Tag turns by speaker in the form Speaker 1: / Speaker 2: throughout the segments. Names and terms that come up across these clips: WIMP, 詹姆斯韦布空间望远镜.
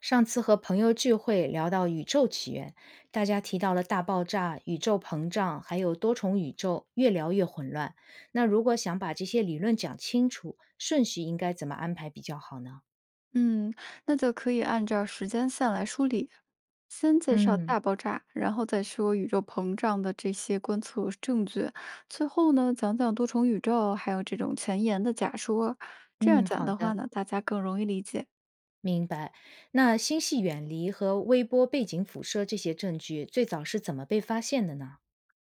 Speaker 1: 上次和朋友聚会聊到宇宙起源，大家提到了大爆炸、宇宙膨胀，还有多重宇宙，越聊越混乱。那如果想把这些理论讲清楚，顺序应该怎么安排比较好呢？
Speaker 2: 嗯，那就可以按照时间线来梳理，先介绍
Speaker 1: 嗯
Speaker 2: 大爆炸，然后再说宇宙膨胀的这些观测证据，最后呢讲讲多重宇宙，还有这种前沿的假说。这样
Speaker 1: 嗯，
Speaker 2: 讲
Speaker 1: 好
Speaker 2: 的话
Speaker 1: 的，
Speaker 2: 呢，大家更容易理解。
Speaker 1: 明白。那星系远离和微波背景辐射这些证据最早是怎么被发现的呢？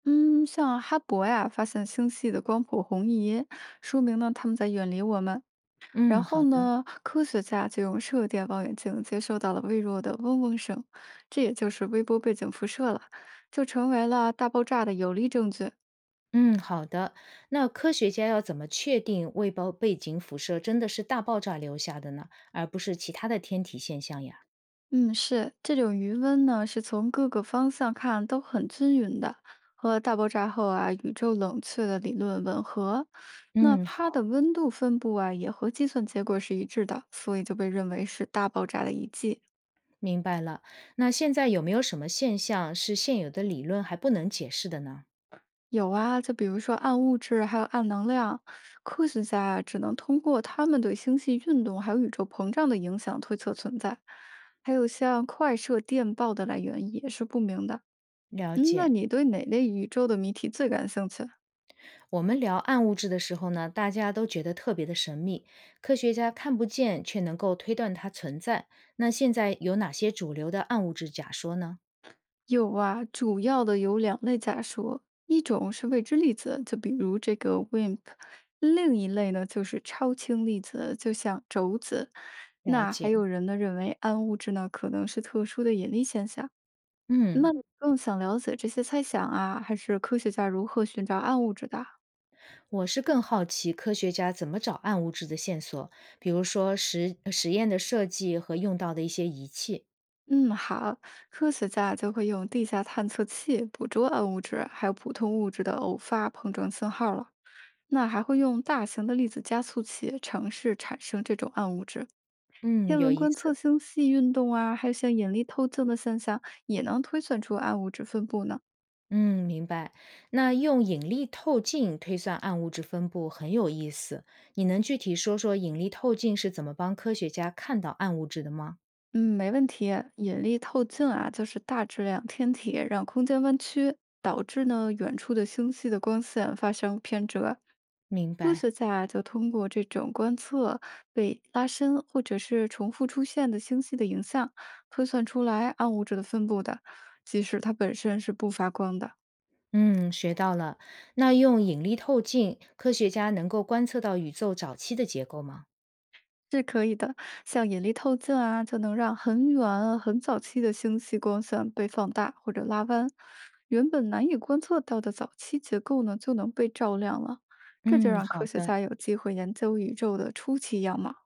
Speaker 2: 嗯，像哈勃呀，发现星系的光谱红移，说明呢他们在远离我们。然
Speaker 1: 嗯，
Speaker 2: 后
Speaker 1: 好的。
Speaker 2: 呢，科学家就用射电望远镜接收到了微弱的嗡嗡声，这也就是微波背景辐射了，就成为了大爆炸的有力证据。
Speaker 1: 嗯，好的。那科学家要怎么确定未包背景辐射真的是大爆炸留下的呢，而不是其他的天体现象呀？
Speaker 2: 嗯，是这种余温呢，是从各个方向看都很均匀的，和大爆炸后啊宇宙冷却的理论吻合。那
Speaker 1: 嗯，
Speaker 2: 它
Speaker 1: 好，
Speaker 2: 的温度分布啊，也和计算结果是一致的，所以就被认为是大爆炸的遗迹。
Speaker 1: 明白了。那现在有没有什么现象是现有的理论还不能解释的呢？
Speaker 2: 有啊，就比如说暗物质，还有暗能量，科学家啊只能通过他们对星系运动还有宇宙膨胀的影响推测存在。还有像快射电报的来源也是不明的。
Speaker 1: 了
Speaker 2: 嗯，那
Speaker 1: 解。
Speaker 2: 你对哪类宇宙的谜题最感兴趣啊？
Speaker 1: 我们聊暗物质的时候呢，大家都觉得特别的神秘，科学家看不见却能够推断它存在。那现在有哪些主流的暗物质假说呢？
Speaker 2: 有啊，主要的有两类假说，一种是未知粒子，就比如这个 WIMP；另一类呢就是超轻粒子，就像轴子。
Speaker 1: 了
Speaker 2: 那还
Speaker 1: 解。
Speaker 2: 有人呢认为暗物质呢可能是特殊的引力现象。那
Speaker 1: 嗯。
Speaker 2: 你更想了解这些猜想啊，还是科学家如何寻找暗物质的？
Speaker 1: 我是更好奇科学家怎么找暗物质的线索，比如说实验的设计和用到的一些仪器。
Speaker 2: 嗯，好，科学家就会用地下探测器捕捉暗物质，还有普通物质的偶发碰撞信号了。那还会用大型的粒子加速器尝试产生这种暗物质。
Speaker 1: 嗯，
Speaker 2: 天
Speaker 1: 有
Speaker 2: 文
Speaker 1: 意
Speaker 2: 观测
Speaker 1: 思。
Speaker 2: 星系运动啊，还有像引力透镜的现象，也能推算出暗物质分布呢。
Speaker 1: 嗯，明白。那用引力透镜推算暗物质分布很有意思。你能具体说说引力透镜是怎么帮科学家看到暗物质的吗？
Speaker 2: 嗯，没问题。引力透镜啊，就是大质量天体让空间弯曲，导致呢远处的星系的光线发生偏折。
Speaker 1: 明
Speaker 2: 科
Speaker 1: 白。
Speaker 2: 学家啊就通过这种观测被拉伸或者是重复出现的星系的影像，推算出来暗物质的分布的，即使它本身是不发光的。
Speaker 1: 嗯，学到了。那用引力透镜，科学家能够观测到宇宙早期的结构吗？
Speaker 2: 是可以的，像引力透镜啊，就能让很远啊很早期的星系光线被放大或者拉弯，原本难以观测到的早期结构呢，就能被照亮了。这就
Speaker 1: 嗯，
Speaker 2: 让
Speaker 1: 好
Speaker 2: 科学
Speaker 1: 的。
Speaker 2: 家有机会研究宇宙的初期样貌。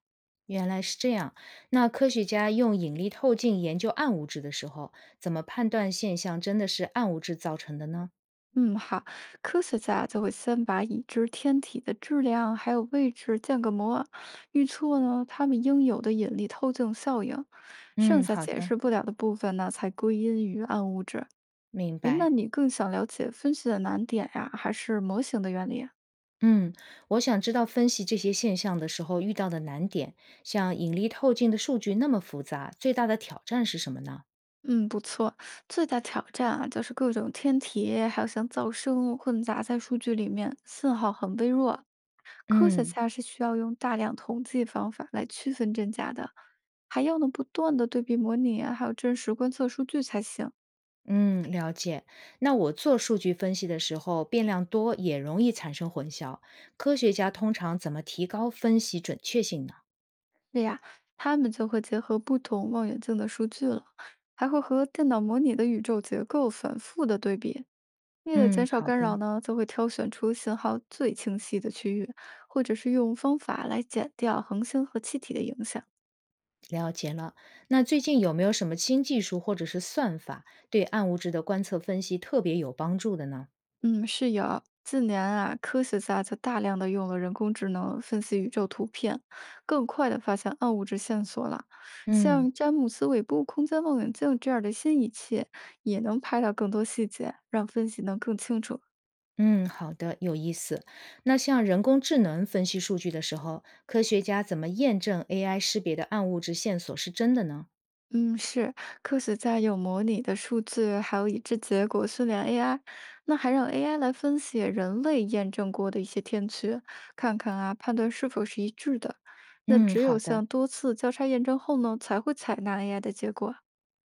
Speaker 1: 原来是这样。那科学家用引力透镜研究暗物质的时候，怎么判断现象真的是暗物质造成的呢？
Speaker 2: 嗯，好，科学家就会先把已知天体的质量还有位置建个模，预测呢它们应有的引力透镜效应，剩
Speaker 1: 嗯，
Speaker 2: 下
Speaker 1: 好
Speaker 2: 解
Speaker 1: 的，
Speaker 2: 释不了的部分呢，才归因于暗物质。
Speaker 1: 明
Speaker 2: 诶，那
Speaker 1: 白。
Speaker 2: 你更想了解分析的难点呀，还是模型的原理？
Speaker 1: 嗯，我想知道分析这些现象的时候遇到的难点，像引力透镜的数据那么复杂，最大的挑战是什么呢？
Speaker 2: 嗯，不错。最大挑战啊，就是各种天体，还有像噪声混杂在数据里面，信号很微弱。科学
Speaker 1: 嗯
Speaker 2: 家是需要用大量统计方法来区分真假的，还要呢不断的对比模拟啊，还有真实观测数据才行。
Speaker 1: 嗯，了解。那我做数据分析的时候，变量多也容易产生混淆。科学家通常怎么提高分析准确性呢？
Speaker 2: 对呀，他们就会结合不同望远镜的数据了，还会和电脑模拟的宇宙结构反复的对比。为了
Speaker 1: 嗯，
Speaker 2: 减少
Speaker 1: 好
Speaker 2: 干扰
Speaker 1: 的。
Speaker 2: 呢，就会挑选出信号最清晰的区域，或者是用方法来减掉恒星和气体的影响。
Speaker 1: 了解了。那最近有没有什么新技术或者是算法对暗物质的观测分析特别有帮助的呢？
Speaker 2: 嗯，是有。近年啊，科学家就大量的用了人工智能分析宇宙图片，更快的发现暗物质线索了。
Speaker 1: 嗯，
Speaker 2: 像詹姆斯韦布空间望远镜这样的新仪器，也能拍到更多细节，让分析能更清楚。
Speaker 1: 嗯，好的，有意思。那像人工智能分析数据的时候，科学家怎么验证 AI 识别的暗物质线索是真的呢？
Speaker 2: 嗯，是，科学家有模拟的数据，还有已知结果训练 AI，那还让 AI 来分析人类验证过的一些天区，看看啊，判断是否是一致的。那
Speaker 1: 嗯，
Speaker 2: 只
Speaker 1: 好
Speaker 2: 有
Speaker 1: 的，
Speaker 2: 像多次交叉验证后呢，才会采纳 AI 的结果。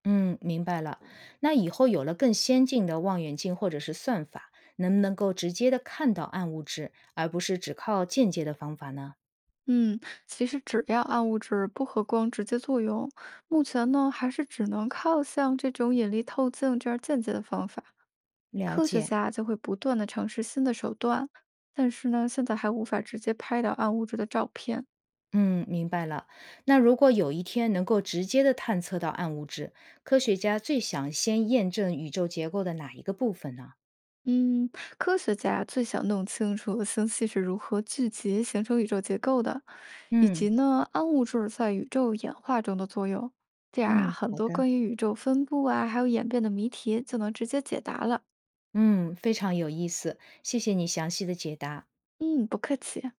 Speaker 1: 嗯，明白了。那以后有了更先进的望远镜或者是算法，能不能够直接的看到暗物质，而不是只靠间接的方法呢？
Speaker 2: 嗯，其实只要暗物质不和光直接作用，目前呢还是只能靠像这种引力透镜这样间接的方法。
Speaker 1: 了
Speaker 2: 科学
Speaker 1: 解。
Speaker 2: 家就会不断的尝试新的手段，但是呢，现在还无法直接拍到暗物质的照片。
Speaker 1: 嗯，明白了。那如果有一天能够直接的探测到暗物质，科学家最想先验证宇宙结构的哪一个部分呢？
Speaker 2: 嗯，科学家最想弄清楚星系是如何聚集形成宇宙结构的，以
Speaker 1: 嗯
Speaker 2: 及呢暗物质在宇宙演化中的作用。这样啊，
Speaker 1: 嗯
Speaker 2: 很
Speaker 1: 好
Speaker 2: 多
Speaker 1: 的，
Speaker 2: 关于宇宙分布啊，还有演变的谜题就能直接解答了。
Speaker 1: 嗯，非常有意思，谢谢你详细的解答。
Speaker 2: 嗯，不客气。